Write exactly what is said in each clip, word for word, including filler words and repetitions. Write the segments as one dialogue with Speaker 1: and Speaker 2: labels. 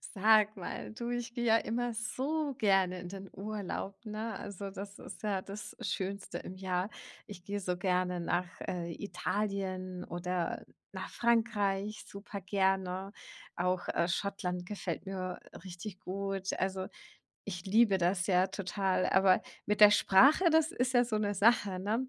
Speaker 1: Sag mal, du, ich gehe ja immer so gerne in den Urlaub, ne? Also das ist ja das Schönste im Jahr. Ich gehe so gerne nach äh, Italien oder nach Frankreich, super gerne. Auch äh, Schottland gefällt mir richtig gut. Also ich liebe das ja total. Aber mit der Sprache, das ist ja so eine Sache, ne?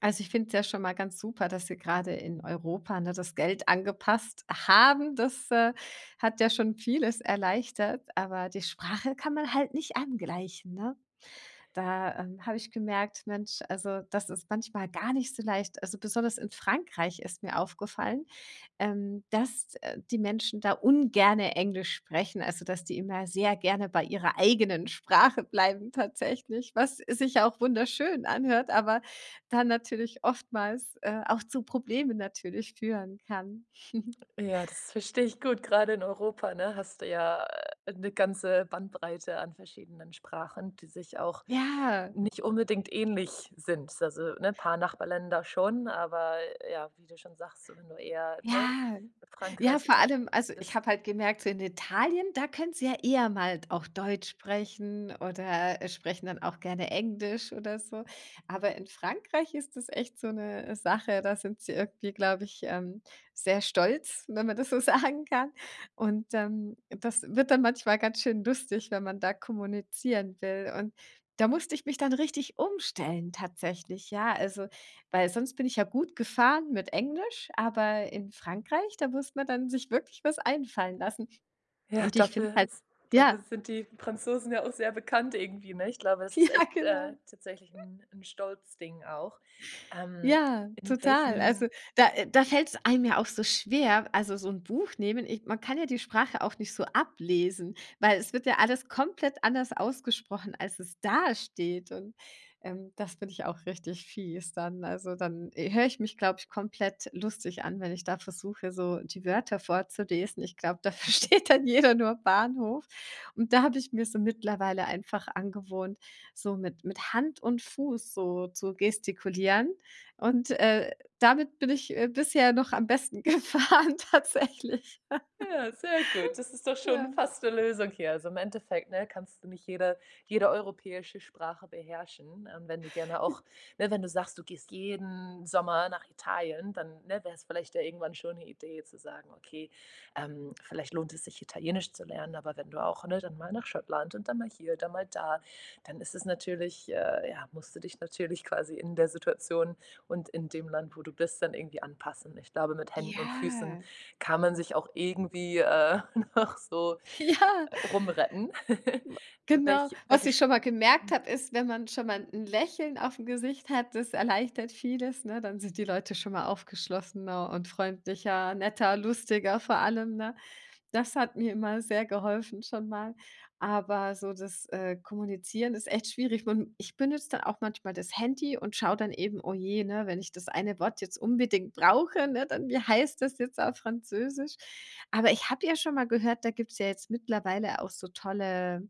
Speaker 1: Also, ich finde es ja schon mal ganz super, dass Sie gerade in Europa, ne, das Geld angepasst haben. Das, äh, hat ja schon vieles erleichtert, aber die Sprache kann man halt nicht angleichen, ne? Da, ähm, habe ich gemerkt, Mensch, also, das ist manchmal gar nicht so leicht. Also, besonders in Frankreich ist mir aufgefallen, ähm, dass, äh, die Menschen da ungerne Englisch sprechen, also, dass die immer sehr gerne bei ihrer eigenen Sprache bleiben tatsächlich, was sich ja auch wunderschön anhört, aber dann natürlich oftmals, äh, auch zu Problemen natürlich führen kann.
Speaker 2: Ja, das verstehe ich gut. Gerade in Europa, ne, hast du ja, äh, 'ne ganze Bandbreite an verschiedenen Sprachen, die sich auch
Speaker 1: Ja.
Speaker 2: nicht unbedingt ähnlich sind. Also, ne, ein paar Nachbarländer schon, aber äh, ja, wie du schon sagst, so wenn du eher, ne,
Speaker 1: Ja. Ja,
Speaker 2: Frankreich,
Speaker 1: vor
Speaker 2: Italien
Speaker 1: allem, also, ich
Speaker 2: bist.
Speaker 1: habe halt gemerkt, so in Italien, da können sie ja eher mal auch Deutsch sprechen oder, äh, sprechen dann auch gerne Englisch oder so. Aber in Frankreich ist das echt so eine Sache, da sind sie irgendwie, glaube ich, ähm, sehr stolz, wenn man das so sagen kann. Und, ähm, das wird dann manchmal ganz schön lustig, wenn man da kommunizieren will. Und da musste ich mich dann richtig umstellen tatsächlich, ja. Also, weil sonst bin ich ja gut gefahren mit Englisch, aber in Frankreich, da muss man dann sich wirklich was einfallen lassen.
Speaker 2: Ja,
Speaker 1: Und ich finde es
Speaker 2: dafür
Speaker 1: halt
Speaker 2: ist Dafür
Speaker 1: ja,
Speaker 2: sind die Franzosen ja auch sehr bekannt irgendwie, ne? Ich glaube, das ist echt,
Speaker 1: ja,
Speaker 2: äh,
Speaker 1: genau.
Speaker 2: tatsächlich ein 'n Stolzding auch. Ähm,
Speaker 1: Ja,
Speaker 2: in
Speaker 1: total. Also,
Speaker 2: welchen
Speaker 1: da äh, da fällt es einem ja auch so schwer, also, so ein Buch nehmen ich, man kann ja die Sprache auch nicht so ablesen, weil es wird ja alles komplett anders ausgesprochen, als es da steht. und, ähm, das finde ich auch richtig fies dann. Also, dann, äh, höre ich mich, glaube ich, komplett lustig an, wenn ich da versuche, so die Wörter vorzulesen. Ich glaube, da versteht dann jeder nur Bahnhof und da habe ich mir so mittlerweile einfach angewohnt, so mit mit Hand und Fuß so zu gestikulieren und, äh, damit bin ich, äh, bisher noch am besten gefahren tatsächlich.
Speaker 2: Ja, sehr gut. Das ist doch schon
Speaker 1: Ja.
Speaker 2: fast eine Lösung hier. Also, im Endeffekt, ne, kannst du nicht jede jede europäische Sprache beherrschen. Ähm, wenn du gerne auch ne, wenn du sagst, du gehst jeden Sommer nach Italien, dann, ne, wär's vielleicht ja irgendwann schon 'ne Idee zu sagen: „Okay, ähm, vielleicht lohnt es sich, Italienisch zu lernen.“ Aber wenn du auch ne, dann mal nach Schottland und dann mal hier, dann mal da, dann ist es natürlich äh, ja, musst du dich natürlich quasi in der Situation und in dem Land, wo du bist, dann irgendwie anpassen. Ich glaube, mit Händen und Füßen
Speaker 1: Ja.
Speaker 2: kann man sich auch irgendwie, äh, noch so
Speaker 1: Ja.
Speaker 2: äh, rumretten.
Speaker 1: Genau.
Speaker 2: Welch
Speaker 1: Was
Speaker 2: welche
Speaker 1: ich
Speaker 2: Sp
Speaker 1: schon mal gemerkt
Speaker 2: hm.
Speaker 1: habe, ist, wenn man schon mal ein Lächeln auf dem Gesicht hat, das erleichtert vieles, ne? Dann sind die Leute schon mal aufgeschlossener und freundlicher, netter, lustiger vor allem, ne? Das hat mir immer sehr geholfen schon mal. Aber so das, äh, Kommunizieren ist echt schwierig. Man, ich benutze dann auch manchmal das Handy und schaue dann eben: „Oh je, ne, wenn ich das eine Wort jetzt unbedingt brauche, ne, dann wie heißt das jetzt auf Französisch?“ Aber ich habe ja schon mal gehört, da gibt es ja jetzt mittlerweile auch so tolle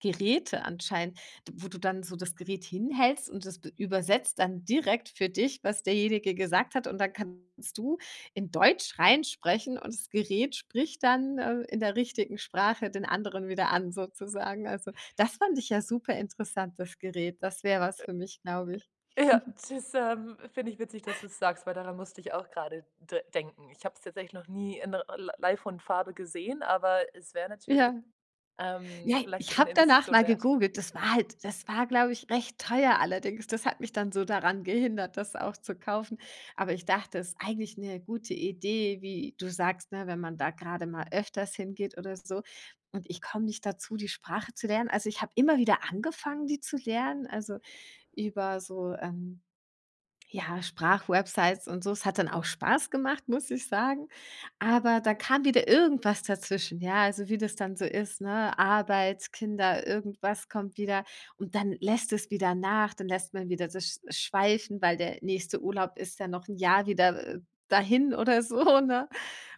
Speaker 1: Geräte anscheinend, d wo du dann so das Gerät hinhältst und das be übersetzt dann direkt für dich, was derjenige gesagt hat und dann kannst du in Deutsch reinsprechen und das Gerät spricht dann, äh, in der richtigen Sprache den anderen wieder an sozusagen. Also, das fand ich ja super interessant, das Gerät. Das wäre was für mich, glaube ich.
Speaker 2: Ja, das, ähm, finde ich witzig, dass du's sagst, weil daran musste ich auch gerade de denken. Ich habe es tatsächlich noch nie in l live und Farbe gesehen, aber es wäre natürlich,
Speaker 1: Ja.
Speaker 2: ähm,
Speaker 1: Ja,
Speaker 2: vielleicht
Speaker 1: ich
Speaker 2: sogar eine
Speaker 1: habe danach
Speaker 2: Investition
Speaker 1: mal
Speaker 2: wert.
Speaker 1: gegoogelt. Das war halt das war, glaube ich, recht teuer allerdings. Das hat mich dann so daran gehindert, das auch zu kaufen. Aber ich dachte, es ist eigentlich eine gute Idee, wie du sagst, ne, wenn man da gerade mal öfters hingeht oder so. Und ich komme nicht dazu, die Sprache zu lernen. Also, ich habe immer wieder angefangen, die zu lernen, also über so, ähm ja, Sprachwebsites und so. Es hat dann auch Spaß gemacht, muss ich sagen. Aber da kam wieder irgendwas dazwischen, ja, also wie das dann so ist, ne? Arbeit, Kinder, irgendwas kommt wieder und dann lässt es wieder nach, dann lässt man wieder das sch- schweifen, weil der nächste Urlaub ist ja noch ein Jahr wieder äh, dahin oder so, ne?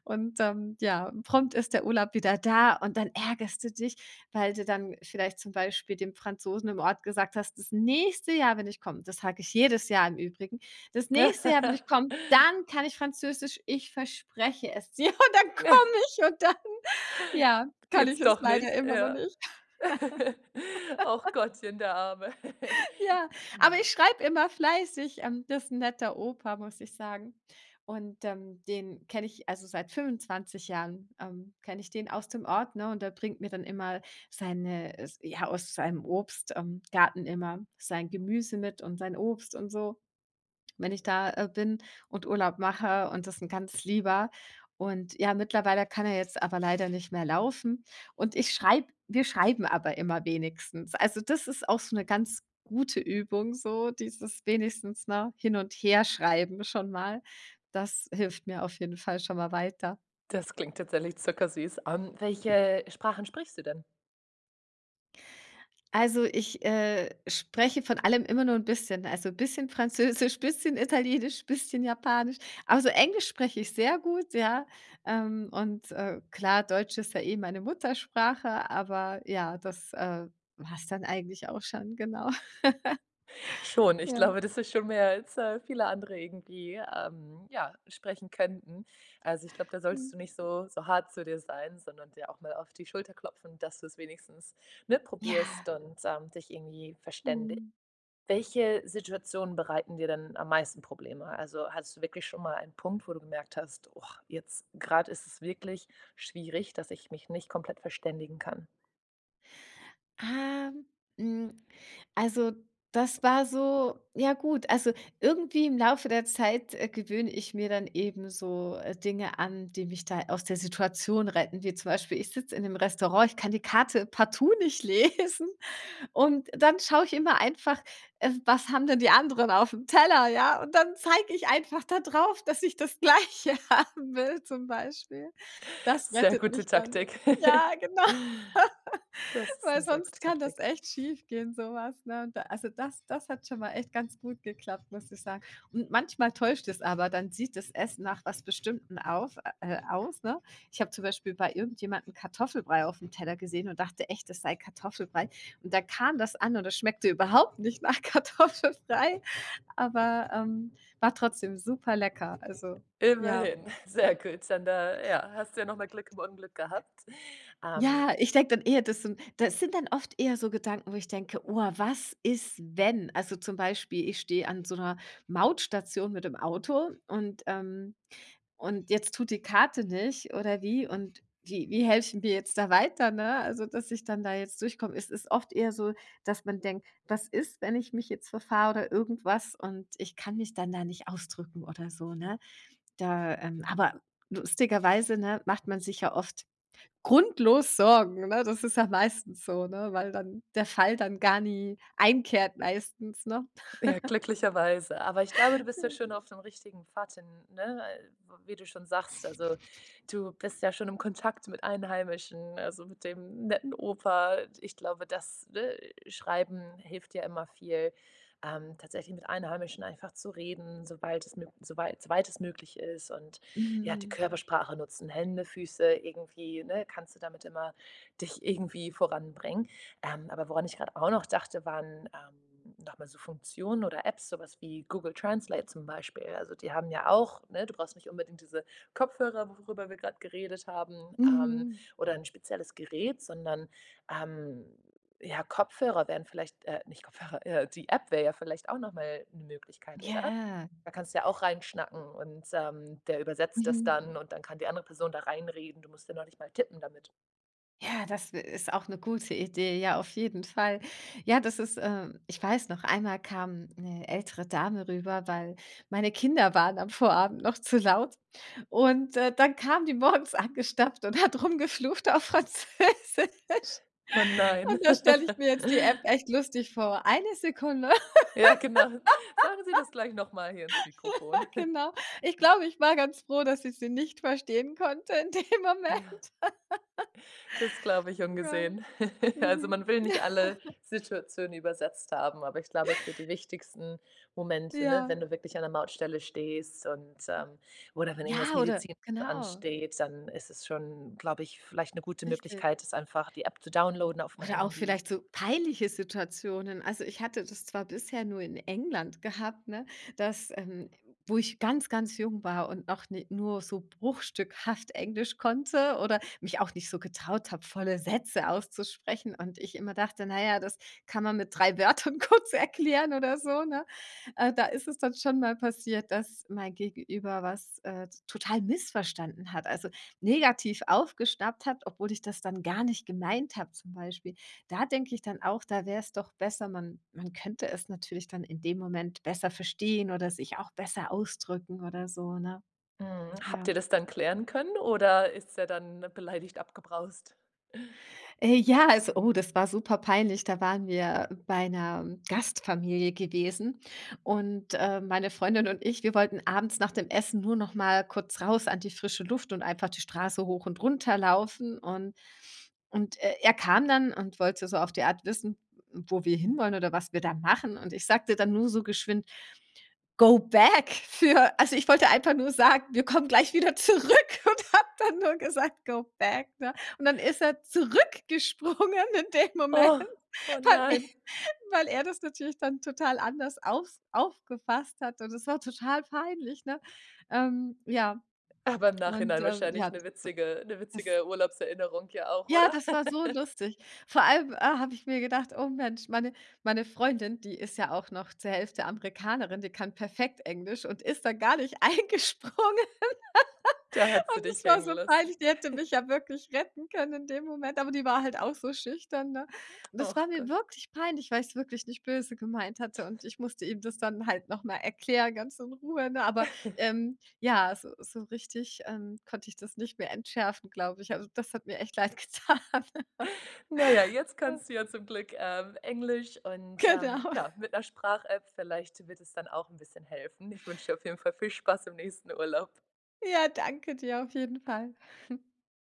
Speaker 1: Und, ähm, ja, prompt ist der Urlaub wieder da und dann ärgerst du dich, weil du dann vielleicht zum Beispiel dem Franzosen im Ort gesagt hast: „Das nächste Jahr, wenn ich komme“, das sage ich jedes Jahr im Übrigen: „Das nächste Jahr, wenn ich komme, dann kann ich Französisch, ich verspreche es dir.“ Und dann komme ich und dann ja, kann
Speaker 2: Geht's
Speaker 1: ich es
Speaker 2: doch
Speaker 1: leider
Speaker 2: nicht,
Speaker 1: immer noch
Speaker 2: ja.
Speaker 1: nicht.
Speaker 2: Auch Gottchen, der Arme.
Speaker 1: Ja, aber
Speaker 2: Ne,
Speaker 1: ich schreibe immer fleißig. Ähm, das ist 'n netter Opa, muss ich sagen. Und, ähm, den kenne ich also seit fünfundzwanzig Jahren, ähm, kenne ich den aus dem Ort, ne? Und der bringt mir dann immer seine, ja, aus seinem Obstgarten ähm, Garten immer sein Gemüse mit und sein Obst und so, wenn ich da, äh, bin und Urlaub mache und das ist ein ganz Lieber. Und ja, mittlerweile kann er jetzt aber leider nicht mehr laufen und ich schreibe wir schreiben aber immer wenigstens. Also, das ist auch so eine ganz gute Übung so, dieses wenigstens, ne, hin und her schreiben schon mal. Das hilft mir auf jeden Fall schon mal weiter.
Speaker 2: das klingt tatsächlich zuckersüß. Ähm, welche Sprachen sprichst du denn?
Speaker 1: Also, ich, äh, spreche von allem immer nur ein bisschen. Also, bisschen Französisch, bisschen Italienisch, bisschen Japanisch. Aber so Englisch spreche ich sehr gut, ja. Ähm, und, äh, klar, Deutsch ist ja eh meine Muttersprache, aber ja, das, äh, war's dann eigentlich auch schon, genau.
Speaker 2: Schon, ich
Speaker 1: Ja.
Speaker 2: glaube, das ist schon mehr als, äh, viele andere irgendwie, ähm, ja, sprechen könnten. Also, ich glaube, da
Speaker 1: Mhm.
Speaker 2: solltest du nicht so so hart zu dir sein, sondern dir auch mal auf die Schulter klopfen, dass du es wenigstens, ne, probierst
Speaker 1: Ja.
Speaker 2: und, ähm, dich irgendwie verständigst.
Speaker 1: Mhm.
Speaker 2: Welche Situationen bereiten dir denn am meisten Probleme? Also, hattest du wirklich schon mal einen Punkt, wo du gemerkt hast: „Oh, jetzt gerade ist es wirklich schwierig, dass ich mich nicht komplett verständigen kann?“
Speaker 1: Ähm, hm, also, das war so, ja, gut, also, irgendwie im Laufe der Zeit, äh, gewöhne ich mir dann eben so, äh, Dinge an, die mich da aus der Situation retten, wie zum Beispiel, ich sitze in 'nem Restaurant, ich kann die Karte partout nicht lesen und dann schaue ich immer einfach, äh, was haben denn die anderen auf dem Teller, ja? Und dann zeige ich einfach da drauf, dass ich das Gleiche haben will zum Beispiel. Das
Speaker 2: Sehr
Speaker 1: rettet
Speaker 2: gute
Speaker 1: mich dann.
Speaker 2: Taktik.
Speaker 1: Ja, genau.
Speaker 2: Das ist
Speaker 1: Weil
Speaker 2: eine sehr gute
Speaker 1: sonst kann das
Speaker 2: Taktik.
Speaker 1: echt schiefgehen, so was, ne? Und da, also das das hat schon mal echt ganz gut geklappt, muss ich sagen. Und manchmal täuscht es aber, dann sieht das Essen nach was Bestimmten auf äh, äh, aus, ne? Ich habe zum Beispiel bei irgendjemandem Kartoffelbrei auf dem Teller gesehen und dachte echt, das sei Kartoffelbrei. Und da kam das an und das schmeckte überhaupt nicht nach Kartoffelbrei, aber, ähm, war trotzdem super lecker. Also, ja.
Speaker 2: Immerhin, sehr gut. Dann da ja, hast du ja noch mal Glück im Unglück gehabt. Ähm,
Speaker 1: Ja, ich denke dann eher, das sind das sind dann oft eher so Gedanken, wo ich denke: „Oh, was ist, wenn?“ Also, zum Beispiel, ich stehe an so einer Mautstation mit dem Auto und, ähm und jetzt tut die Karte nicht oder wie, und wie wie helfen wir jetzt da weiter, ne? Also, dass ich dann da jetzt durchkomme. Es ist oft eher so, dass man denkt: „Was ist, wenn ich mich jetzt verfahre oder irgendwas und ich kann mich dann da nicht ausdrücken oder so“, ne? Da, ähm aber lustigerweise, ne, macht man sich ja oft grundlos Sorgen, ne? Das ist ja meistens so, ne, weil dann der Fall dann gar nie einkehrt meistens, ne?
Speaker 2: Ja, glücklicherweise. Aber ich glaube, du bist ja schon auf dem richtigen Pfad hin, ne? Weil, wie du schon sagst, also, du bist ja schon im Kontakt mit Einheimischen, also, mit dem netten Opa. Ich glaube, das, ne, Schreiben hilft ja immer viel, ähm, tatsächlich mit Einheimischen einfach zu reden, sobald es mög soweit soweit es möglich ist und, ja, die
Speaker 1: Mhm.
Speaker 2: Körpersprache nutzen, Hände, Füße irgendwie, ne, kannst du damit immer dich irgendwie voranbringen. Ähm, aber woran ich gerade auch noch dachte, waren, ähm, noch mal so Funktionen oder Apps, sowas wie Google Translate zum Beispiel. Also, die haben ja auch ne, du brauchst nicht unbedingt diese Kopfhörer, worüber wir gerade geredet haben, ähm,
Speaker 1: Mhm.
Speaker 2: oder ein spezielles Gerät, sondern, ähm, ja, Kopfhörer wären vielleicht äh, nicht Kopfhörer, äh, die App wäre ja vielleicht auch noch mal 'ne Möglichkeit, oder?
Speaker 1: Ja.
Speaker 2: Da kannst du ja auch reinschnacken und, ähm, der übersetzt das
Speaker 1: Mhm.
Speaker 2: dann und dann kann die andere Person da reinreden. Du musst ja noch nicht mal tippen damit.
Speaker 1: Ja, das ist auch eine gute Idee, ja, auf jeden Fall. Ja, das ist ähm, ich weiß noch, einmal kam eine ältere Dame rüber, weil meine Kinder waren am Vorabend noch zu laut und, äh, dann kam die morgens angestapft und hat rumgeflucht auf Französisch.
Speaker 2: Oh nein.
Speaker 1: Und da stelle ich mir jetzt die App echt lustig vor. Eine Sekunde,
Speaker 2: Ja, genau. Sagen Sie das gleich noch mal hier ins Mikrofon.
Speaker 1: genau. Ich glaube, ich war ganz froh, dass ich sie nicht verstehen konnte in dem
Speaker 2: Ja,
Speaker 1: Moment.
Speaker 2: das glaube ich
Speaker 1: Ja,
Speaker 2: ungesehen. Also,
Speaker 1: mhm.
Speaker 2: man will nicht alle Situationen übersetzt haben, aber ich glaube, für die wichtigsten Momente, ne,
Speaker 1: Ja.
Speaker 2: wenn du wirklich an der Mautstelle stehst und, ähm oder wenn irgendwas
Speaker 1: Ja, oder
Speaker 2: Medizinisches
Speaker 1: genau,
Speaker 2: ansteht, dann ist es schon, glaube ich, vielleicht eine gute
Speaker 1: richtig.
Speaker 2: Möglichkeit, das einfach die App zu downloaden auf dem
Speaker 1: Oder auch
Speaker 2: Handy.
Speaker 1: vielleicht so peinliche Situationen. Also, ich hatte das zwar bisher nur in England gehabt, ne, dass ähm, wo ich ganz, ganz jung war und noch ni nur so bruchstückhaft Englisch konnte oder mich auch nicht so getraut habe, volle Sätze auszusprechen und ich immer dachte: „Na ja, das kann man mit drei Wörtern kurz erklären“ oder so, ne? Äh, da ist es dann schon mal passiert, dass mein Gegenüber was, äh, total missverstanden hat. Also negativ aufgeschnappt hat, obwohl ich das dann gar nicht gemeint habe zum Beispiel. Da denke ich dann auch, da wäre es doch besser, man man könnte es natürlich dann in dem Moment besser verstehen oder sich auch besser ausdrücken oder so, ne?
Speaker 2: Mhm. Habt
Speaker 1: Ja.
Speaker 2: ihr das dann klären können oder ist er dann beleidigt abgebraust?
Speaker 1: Äh, ja, also, oh, das war super peinlich. Da waren wir bei einer Gastfamilie gewesen und, äh, meine Freundin und ich, wir wollten abends nach dem Essen nur noch mal kurz raus an die frische Luft und einfach die Straße hoch und runter laufen und und, äh, er kam dann und wollte so auf die Art wissen, wo wir hinwollen oder was wir da machen und ich sagte dann nur so geschwind: Go back für, also, ich wollte einfach nur sagen: „Wir kommen gleich wieder zurück“ und habe dann nur gesagt: „Go back“, ne? Und dann ist er zurückgesprungen in dem Moment,
Speaker 2: Oh, oh
Speaker 1: weil er
Speaker 2: nein.
Speaker 1: weil er das natürlich dann total anders aufs aufgefasst hat und es war total peinlich, ne? Ähm, ja,
Speaker 2: Aber im
Speaker 1: und,
Speaker 2: Nachhinein
Speaker 1: ähm, ja,
Speaker 2: wahrscheinlich 'ne
Speaker 1: d
Speaker 2: witzige 'ne
Speaker 1: das,
Speaker 2: witzige Urlaubserinnerung ja auch,
Speaker 1: ja,
Speaker 2: oder?
Speaker 1: das war so lustig. Vor allem, äh, habe ich mir gedacht: „Oh Mensch, meine meine Freundin, die ist ja auch noch zur Hälfte Amerikanerin, die kann perfekt Englisch und ist da gar nicht eingesprungen.“
Speaker 2: Da hat sie
Speaker 1: Und
Speaker 2: dich
Speaker 1: es war
Speaker 2: hängen
Speaker 1: so
Speaker 2: lassen.
Speaker 1: peinlich, die hätte mich ja wirklich retten können in dem Moment, aber die war halt auch so schüchtern, ne? Und das
Speaker 2: Ach
Speaker 1: war mir
Speaker 2: Gott.
Speaker 1: wirklich peinlich, weil ich's wirklich nicht böse gemeint hatte und ich musste ihm das dann halt noch mal erklären, ganz in Ruhe, ne? Aber, ähm, ja, so so richtig, ähm, konnte ich das nicht mehr entschärfen, glaube ich. Also, das hat mir echt leid getan.
Speaker 2: Na ja, jetzt kannst du ja zum Glück, ähm, Englisch und, ähm,
Speaker 1: Genau.
Speaker 2: ja, mit 'ner Sprach-App vielleicht wird es dann auch 'n bisschen helfen. Ich wünsche dir auf jeden Fall viel Spaß im nächsten Urlaub.
Speaker 1: Ja, danke dir auf jeden Fall.